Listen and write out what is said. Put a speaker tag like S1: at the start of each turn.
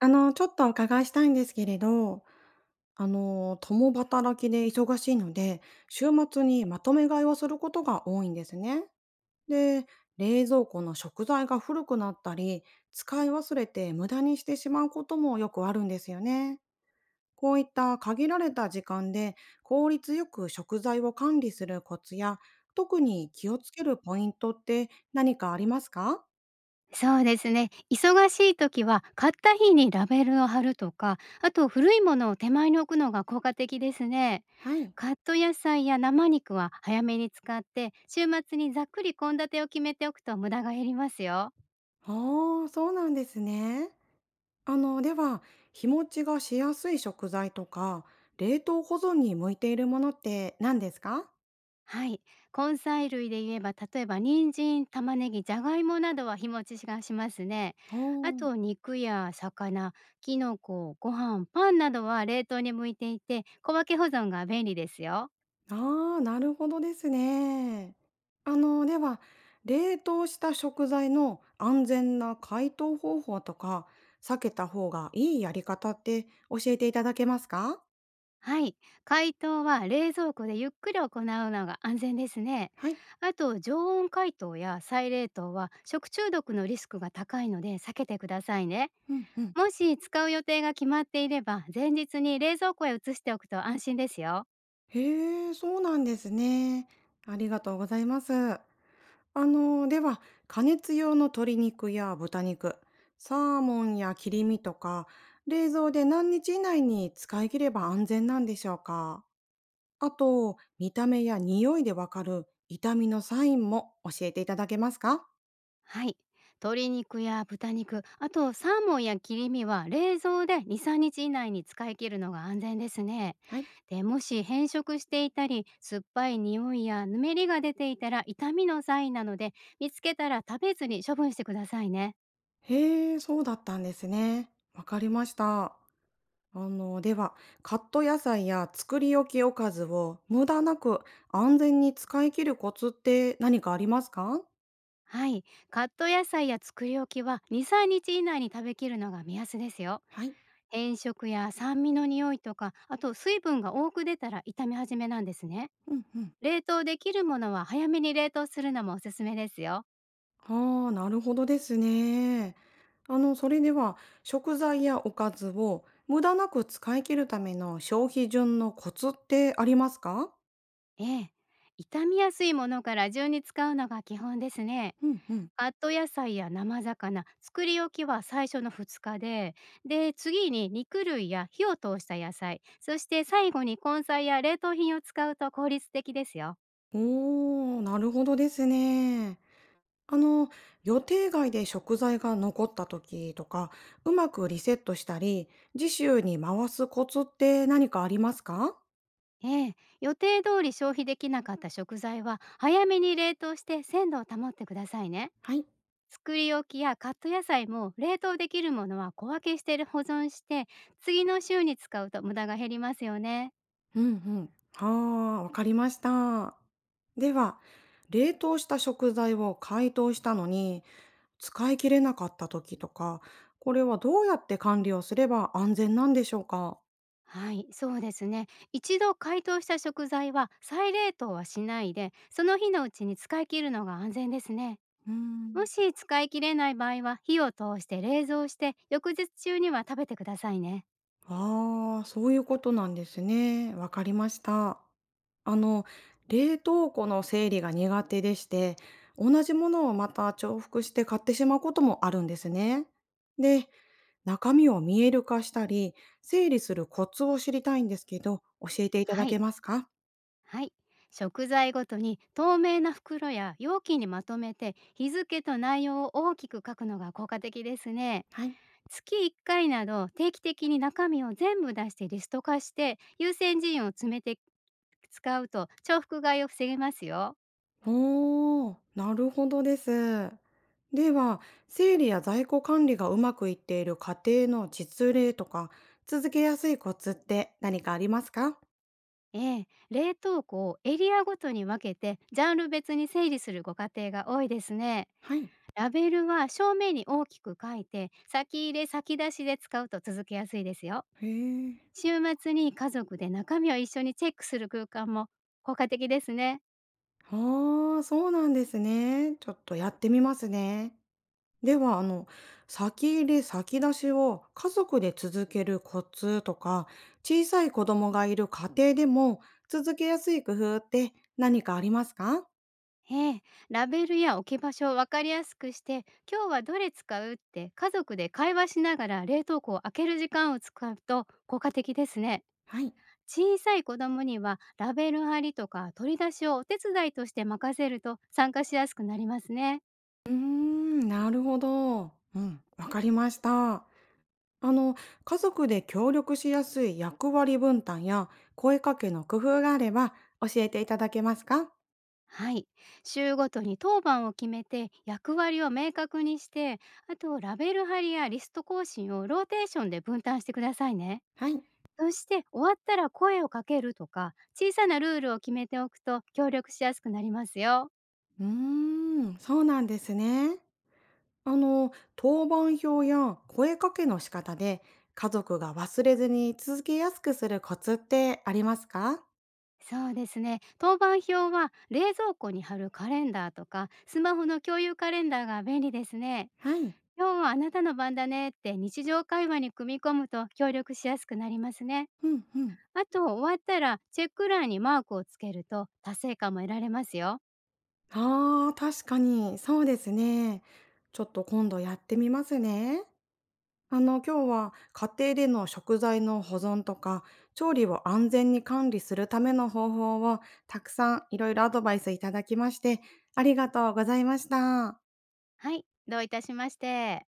S1: ちょっとお伺いしたいんですけれど、共働きで忙しいので、週末にまとめ買いをすることが多いんですね。で、冷蔵庫の食材が古くなったり、使い忘れて無駄にしてしまうこともよくあるんですよね。こういった限られた時間で効率よく食材を管理するコツや、特に気をつけるポイントって何かありますか？
S2: そうですね。忙しい時は買った日にラベルを貼るとか、あと古いものを手前に置くのが効果的ですね。
S1: はい。
S2: カット野菜や生肉は早めに使って、週末にざっくり献立を決めておくと無駄が減りますよ。
S1: ああ、そうなんですね。では、日持ちがしやすい食材とか、冷凍保存に向いているものって何ですか？
S2: はい。根菜類で言えば、例えば人参、玉ねぎ、じゃがいもなどは日持ちがしますね。
S1: お
S2: あ
S1: ー。
S2: と肉や魚、きのこ、ご飯、パンなどは冷凍に向いていて、小分け保存が便利ですよ。
S1: ああー、なるほどですね。では、冷凍した食材の安全な解凍方法とか、避けた方がいいやり方って教えていただけますか？
S2: はい。解凍は冷蔵庫でゆっくり行うのが安全ですね。
S1: はい。
S2: あと常温解凍や再冷凍は食中毒のリスクが高いので避けてくださいね。
S1: うんうん。
S2: もし使う予定が決まっていれば前日に冷蔵庫へ移しておくと安心ですよ。
S1: へえ、そうなんですね。ありがとうございます。では、加熱用の鶏肉や豚肉、サーモンや切り身とか、冷蔵で何日以内に使い切れば安全なんでしょうか？あと見た目や匂いでわかる痛みのサインも教えていただけますか？
S2: はい。鶏肉や豚肉、あとサーモンや切り身は冷蔵で2、3日以内に使い切るのが安全ですね。
S1: はい。
S2: で、もし変色していたり、酸っぱい匂いやぬめりが出ていたら痛みのサインなので、見つけたら食べずに処分してくださいね。
S1: へえ、そうだったんですね。わかりました。では、カット野菜や作り置きおかずを無駄なく安全に使い切るコツって何かありますか？
S2: はい。カット野菜や作り置きは2、3日以内に食べきるのが目安ですよ。
S1: はい。
S2: 変色や酸味の匂いとか、あと水分が多く出たら痛み始めなんですね。
S1: うんうん。
S2: 冷凍できるものは早めに冷凍するのもおすすめですよ。
S1: ああ、なるほどですね。それでは食材やおかずを無駄なく使い切るための消費順のコツってありますか？
S2: ええ。傷みやすいものから順に使うのが基本ですね。
S1: うんうん。
S2: カット野菜や生魚、作り置きは最初の2日で、次に肉類や火を通した野菜、そして最後に根菜や冷凍品を使うと効率的ですよ。
S1: おー、なるほどですね。あの、予定外で食材が残った時とか、うまくリセットしたり、次週に回すコツって何かありますか？
S2: ええ、予定通り消費できなかった食材は早めに冷凍して鮮度を保ってくださいね。
S1: はい。
S2: 作り置きやカット野菜も冷凍できるものは小分けして保存して次の週に使うと無駄が減りますよね。
S1: うんうん。はあ、わかりました。では、冷凍した食材を解凍したのに使い切れなかった時とか、これはどうやって管理をすれば安全なんでしょうか？
S2: はい、そうですね。一度解凍した食材は再冷凍はしないで、その日のうちに使い切るのが安全ですね。
S1: う
S2: も
S1: ん。
S2: し使い切れない場合は火を通して冷蔵して、翌日中には食べてくださいね。
S1: ああ、そういうことなんですね。わかりました。あの、冷凍庫の整理が苦手でして、同じものをまた重複して買ってしまうこともあるんですね。で、中身を見える化したり、整理するコツを知りたいんですけど、教えていた
S2: は
S1: だけ
S2: い。
S1: ますか？
S2: はい。食材ごとに透明な袋や容器にまとめて日付と内容を大きく書くのが効果的ですね。
S1: はい。
S2: 月1回など定期的に中身を全部出してリスト化して、優先順位を詰めて使うと重複買いを防げますよ。
S1: おー、なるほどです。では、整理や在庫管理がうまくいっている家庭の実例とか、続けやすいコツって何かありますか？
S2: ええ、冷凍庫をエリアごとに分けてジャンル別に整理するご家庭が多いですね。
S1: はい。
S2: ラベルは正面に大きく書いて先入れ先出しで使うと続けやすいですよ。
S1: へえ。
S2: 週末に家族で中身を一緒にチェックする空間も効果的ですね。
S1: ああ、そうなんですね。ちょっとやってみますね。では、先入れ先出しを家族で続けるコツとか、小さい子供がいる家庭でも続けやすい工夫って何かありますか？
S2: ええ、ラベルや置き場所を分かりやすくして、今日はどれ使うって家族で会話しながら冷凍庫を開ける時間を使うと効果的ですね。
S1: はい。
S2: 小さい子供にはラベル貼りとか取り出しをお手伝いとして任せると参加しやすくなりますね。
S1: うーん、なるほど。うん、わかりました。あの、家族で協力しやすい役割分担や声かけの工夫があれば教えていただけますか？
S2: はい。週ごとに当番を決めて役割を明確にして、あとラベル貼りやリスト更新をローテーションで分担してくださいね。
S1: はい。
S2: そして終わったら声をかけるとか、小さなルールを決めておくと協力しやすくなりますよ。
S1: うーん、そうなんですね。当番表や声かけの仕方で家族が忘れずに続けやすくするコツってありますか？
S2: そうですね。当番表は冷蔵庫に貼るカレンダーとか、スマホの共有カレンダーが便利ですね。
S1: はい。
S2: 今日はあなたの番だねって日常会話に組み込むと協力しやすくなりますね。
S1: うんうん。
S2: あと終わったらチェック欄にマークをつけると達成感も得られますよ。
S1: ああ、確かに、そうですね。ちょっと今度やってみますね。今日は家庭での食材の保存とか、調理を安全に管理するための方法をたくさんいろいろアドバイスいただきまして、ありがとうございました。
S2: はい、どういたしまして。